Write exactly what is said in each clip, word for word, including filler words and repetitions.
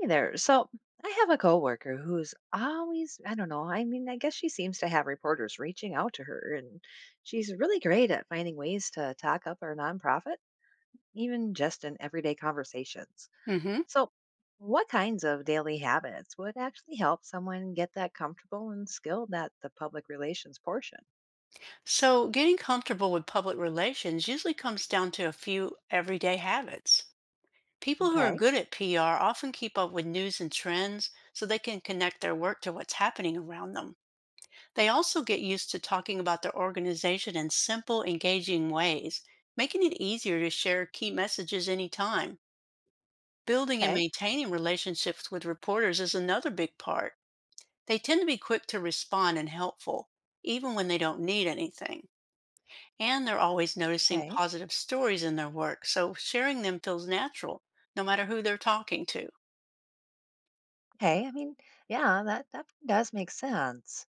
Hey there. So I have a coworker who's always, I don't know, I mean, I guess she seems to have reporters reaching out to her, and she's really great at finding ways to talk up our nonprofit, even just in everyday conversations. Hmm. So, what kinds of daily habits would actually help someone get that comfortable and skilled at the public relations portion? So, getting comfortable with public relations usually comes down to a few everyday habits. People who are Okay, good at P R often keep up with news and trends so they can connect their work to what's happening around them. They also get used to talking about their organization in simple, engaging ways, making it easier to share key messages anytime. Building and okay, maintaining relationships with reporters is another big part. They tend to be quick to respond and helpful, even when they don't need anything. And they're always noticing okay, positive stories in their work, so sharing them feels natural, no matter who they're talking to. okay. I mean, yeah, that that does make sense.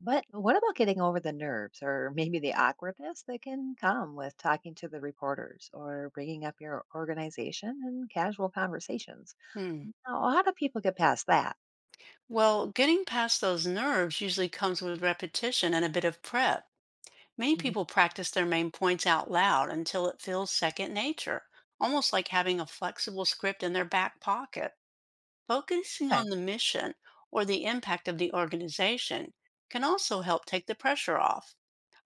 But what about getting over the nerves or maybe the awkwardness that can come with talking to the reporters or bringing up your organization in casual conversations? Hmm. Now, how do people get past that? Well, getting past those nerves usually comes with repetition and a bit of prep. Many Mhm. people practice their main points out loud until it feels second nature, almost like having a flexible script in their back pocket. Focusing Okay, on the mission or the impact of the organization can also help take the pressure off.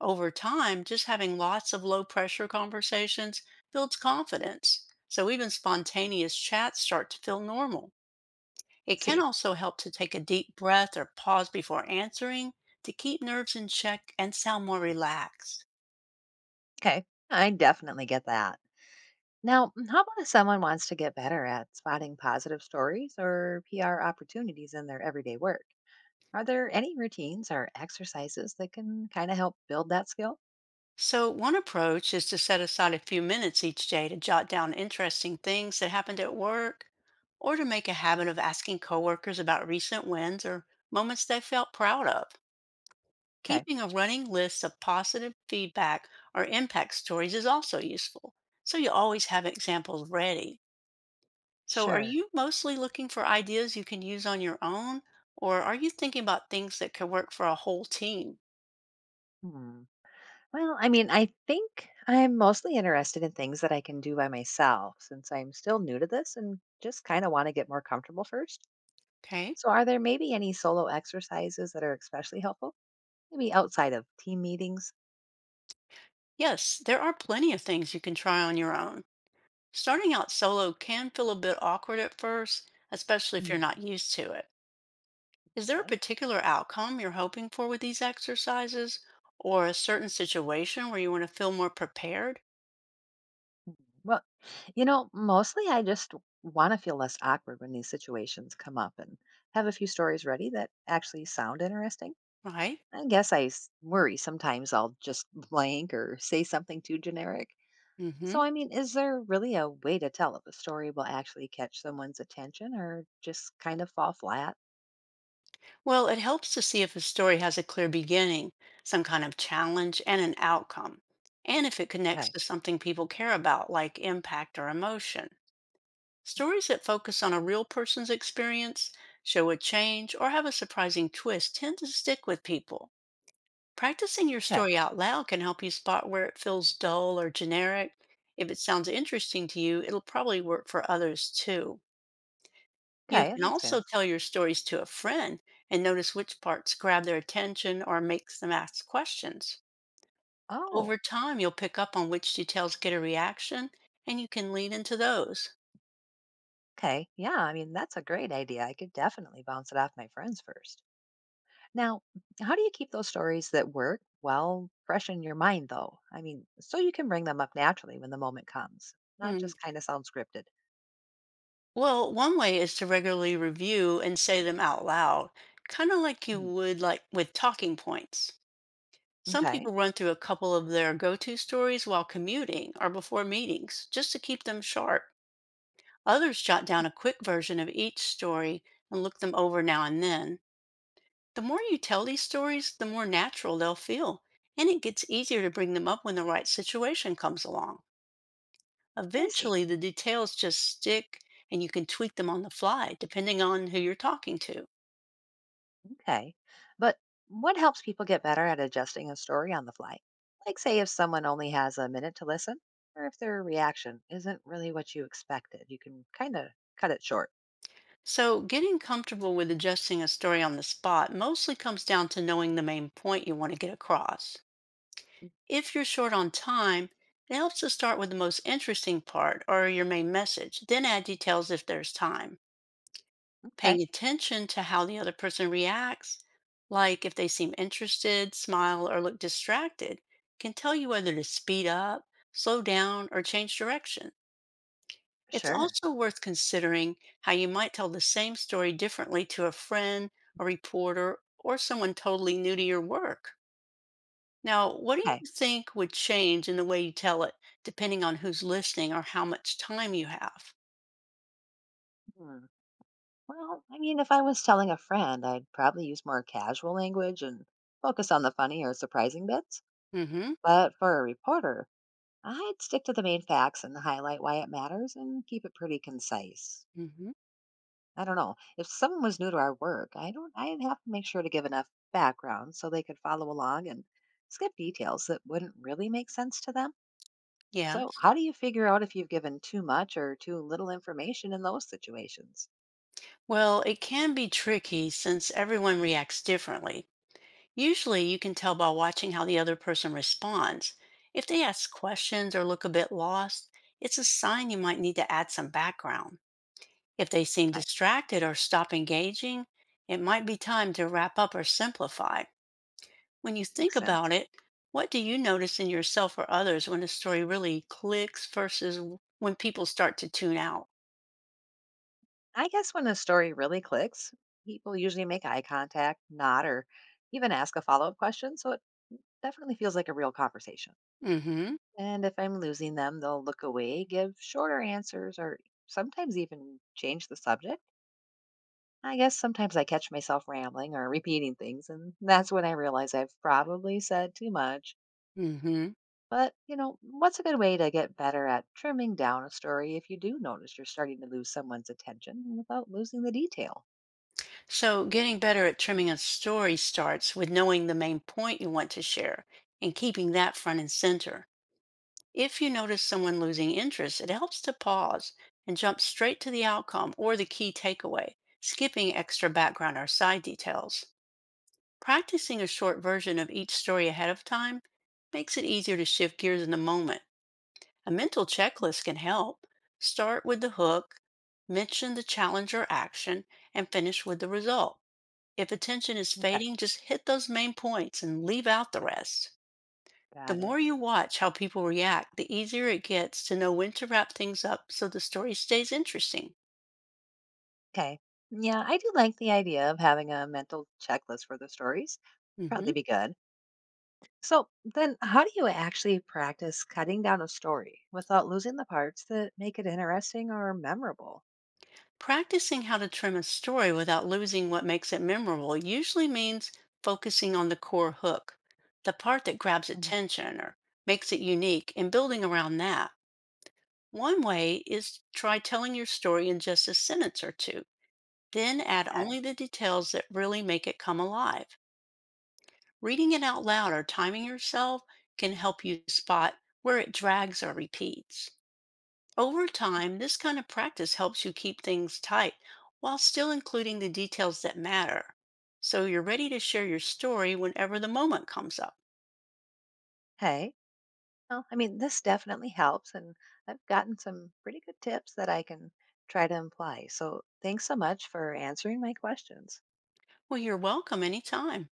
Over time, just having lots of low pressure conversations builds confidence. So even spontaneous chats start to feel normal. I It can see. also help to take a deep breath or pause before answering to keep nerves in check and sound more relaxed. Okay, I definitely get that. Now, mm, how about if someone wants to get better at spotting positive stories or P R opportunities in their everyday work? Are there any routines or exercises that can kind of help build that skill? So, one approach is to set aside a few minutes each day to jot down interesting things that happened at work or to make a habit of asking coworkers about recent wins or moments they felt proud of. Okay, Keeping a running list of positive feedback or impact stories is also useful, so you always have examples ready. So, are sure. you mostly looking for ideas you can use on your own, or are you thinking about things that could work for a whole team? Hmm. Well, I mean, I think I'm mostly interested in things that I can do by myself since I'm still new to this and just kind of want to get more comfortable first. Okay. So, are there maybe any solo exercises that are especially helpful? Maybe outside of team meetings? Yes, there are plenty of things you can try on your own. Starting out solo can feel a bit awkward at first, especially if Mm. you're not used to it. Is there a Okay. particular outcome you're hoping for with these exercises or a certain situation where you want to feel more prepared? Well, you know, mostly I just want to feel less awkward when these situations come up and have a few stories ready that actually sound interesting. Right? I guess I s- worry sometimes I'll just blank or say something too generic. So, Hmm. I mean, is there really a way to tell if a story will actually catch someone's attention or just kind of fall flat? Well, it helps to see if a story has a clear beginning, some kind of challenge, and an outcome, and if it connects Okay. to something people care about, like impact or emotion. Stories that focus on a real person's experience, show a change, or have a surprising twist tend to stick with people. Practicing your Okay. story out loud can help you spot where it feels dull or generic. If it sounds interesting to you, it'll probably work for others too. You Okay. That can makes also sense. tell your stories to a friend and notice which parts grab their attention or makes them ask questions. Oh, Over time, you'll pick up on which details get a reaction and you can lean into those. okay. Yeah. I mean, that's a great idea. I could definitely bounce it off my friends first. Now, how do you keep those stories that work well fresh in your mind, though? I mean, so you can bring them up naturally when the moment comes, not Hmm. just kind of sound scripted. Well, one way is to regularly review and say them out loud, kind of like you Mm, would like with talking points. Some okay. people run through a couple of their go-to stories while commuting or before meetings, just to keep them sharp. Others jot down a quick version of each story and look them over now and then. The more you tell these stories, the more natural they'll feel, and it gets easier to bring them up when the right situation comes along. I see. Eventually, the details just stick and you can tweak them on the fly, depending on who you're talking to. Okay. But what helps people get better at adjusting a story on the fly? Like, say, if someone only has a minute to listen, or if their reaction isn't really what you expected, you can kind of cut it short. So, getting comfortable with adjusting a story on the spot mostly comes down to knowing the main point you want to get across. If you're short on time, it helps to start with the most interesting part or your main message, then add details if there's time. Okay, Paying attention to how the other person reacts, like if they seem interested, smile, or look distracted, can tell you whether to speed up, slow down, or change direction. It's sure. also worth considering how you might tell the same story differently to a friend, a reporter, or someone totally new to your work. Now, what do Okay. you think would change in the way you tell it, depending on who's listening or how much time you have? Hmm. Well, I mean, if I was telling a friend, I'd probably use more casual language and focus on the funny or surprising bits. Mm hmm. But for a reporter, I'd stick to the main facts and highlight why it matters and keep it pretty concise. Mm hmm. I don't know. If someone was new to our work, I don't I'd have to make sure to give enough background so they could follow along and skip details that wouldn't really make sense to them. Yeah. So, how do you figure out if you've given too much or too little information in those situations? Well, it can be tricky since everyone reacts differently. Usually, you can tell by watching how the other person responds. If they ask questions or look a bit lost, it's a sign you might need to add some background. If they seem That distracted or stop engaging, it might be time to wrap up or simplify. When you think makes sense. about it, what do you notice in yourself or others when a story really clicks versus when people start to tune out? I guess when a story really clicks, people usually make eye contact, nod, or even ask a follow up question. So, it definitely feels like a real conversation. Mm hmm. And if I'm losing them, they'll look away, give shorter answers, or sometimes even change the subject. I guess sometimes I catch myself rambling or repeating things, and that's when I realize I've probably said too much. Mm hmm. But, you know, what's a good way to get better at trimming down a story if you do notice you're starting to lose someone's attention without losing the detail? So, getting better at trimming a story starts with knowing the main point you want to share and keeping that front and center. If you notice someone losing interest, it helps to pause and jump straight to the outcome or the key takeaway, skipping extra background or side details. Practicing a short version of each story ahead of time makes it easier to shift gears in the moment. A mental checklist can help. Start with the hook, mention the challenge or action, and finish with the result. If attention is Okay, fading, just hit those main points and leave out the rest. The got it. more you watch how people react, the easier it gets to know when to wrap things up so the story stays interesting. Okay. Yeah, I do like the idea of having a mental checklist for the stories. Probably Mhm. be good. So, then how do you actually practice cutting down a story without losing the parts that make it interesting or memorable? Practicing how to trim a story without losing what makes it memorable usually means focusing on the core hook, the part that grabs Mhm. attention or makes it unique, and building around that. One way is to try telling your story in just a sentence or two, then add Okay. only the details that really make it come alive. Reading it out loud or timing yourself can help you spot where it drags or repeats. Over time, this kind of practice helps you keep things tight while still including the details that matter. So you're ready to share your story whenever the moment comes up. Hey. Well, I mean, this definitely helps, and I've gotten some pretty good tips that I can try to imply. So, thanks so much for answering my questions. Well, you're welcome anytime.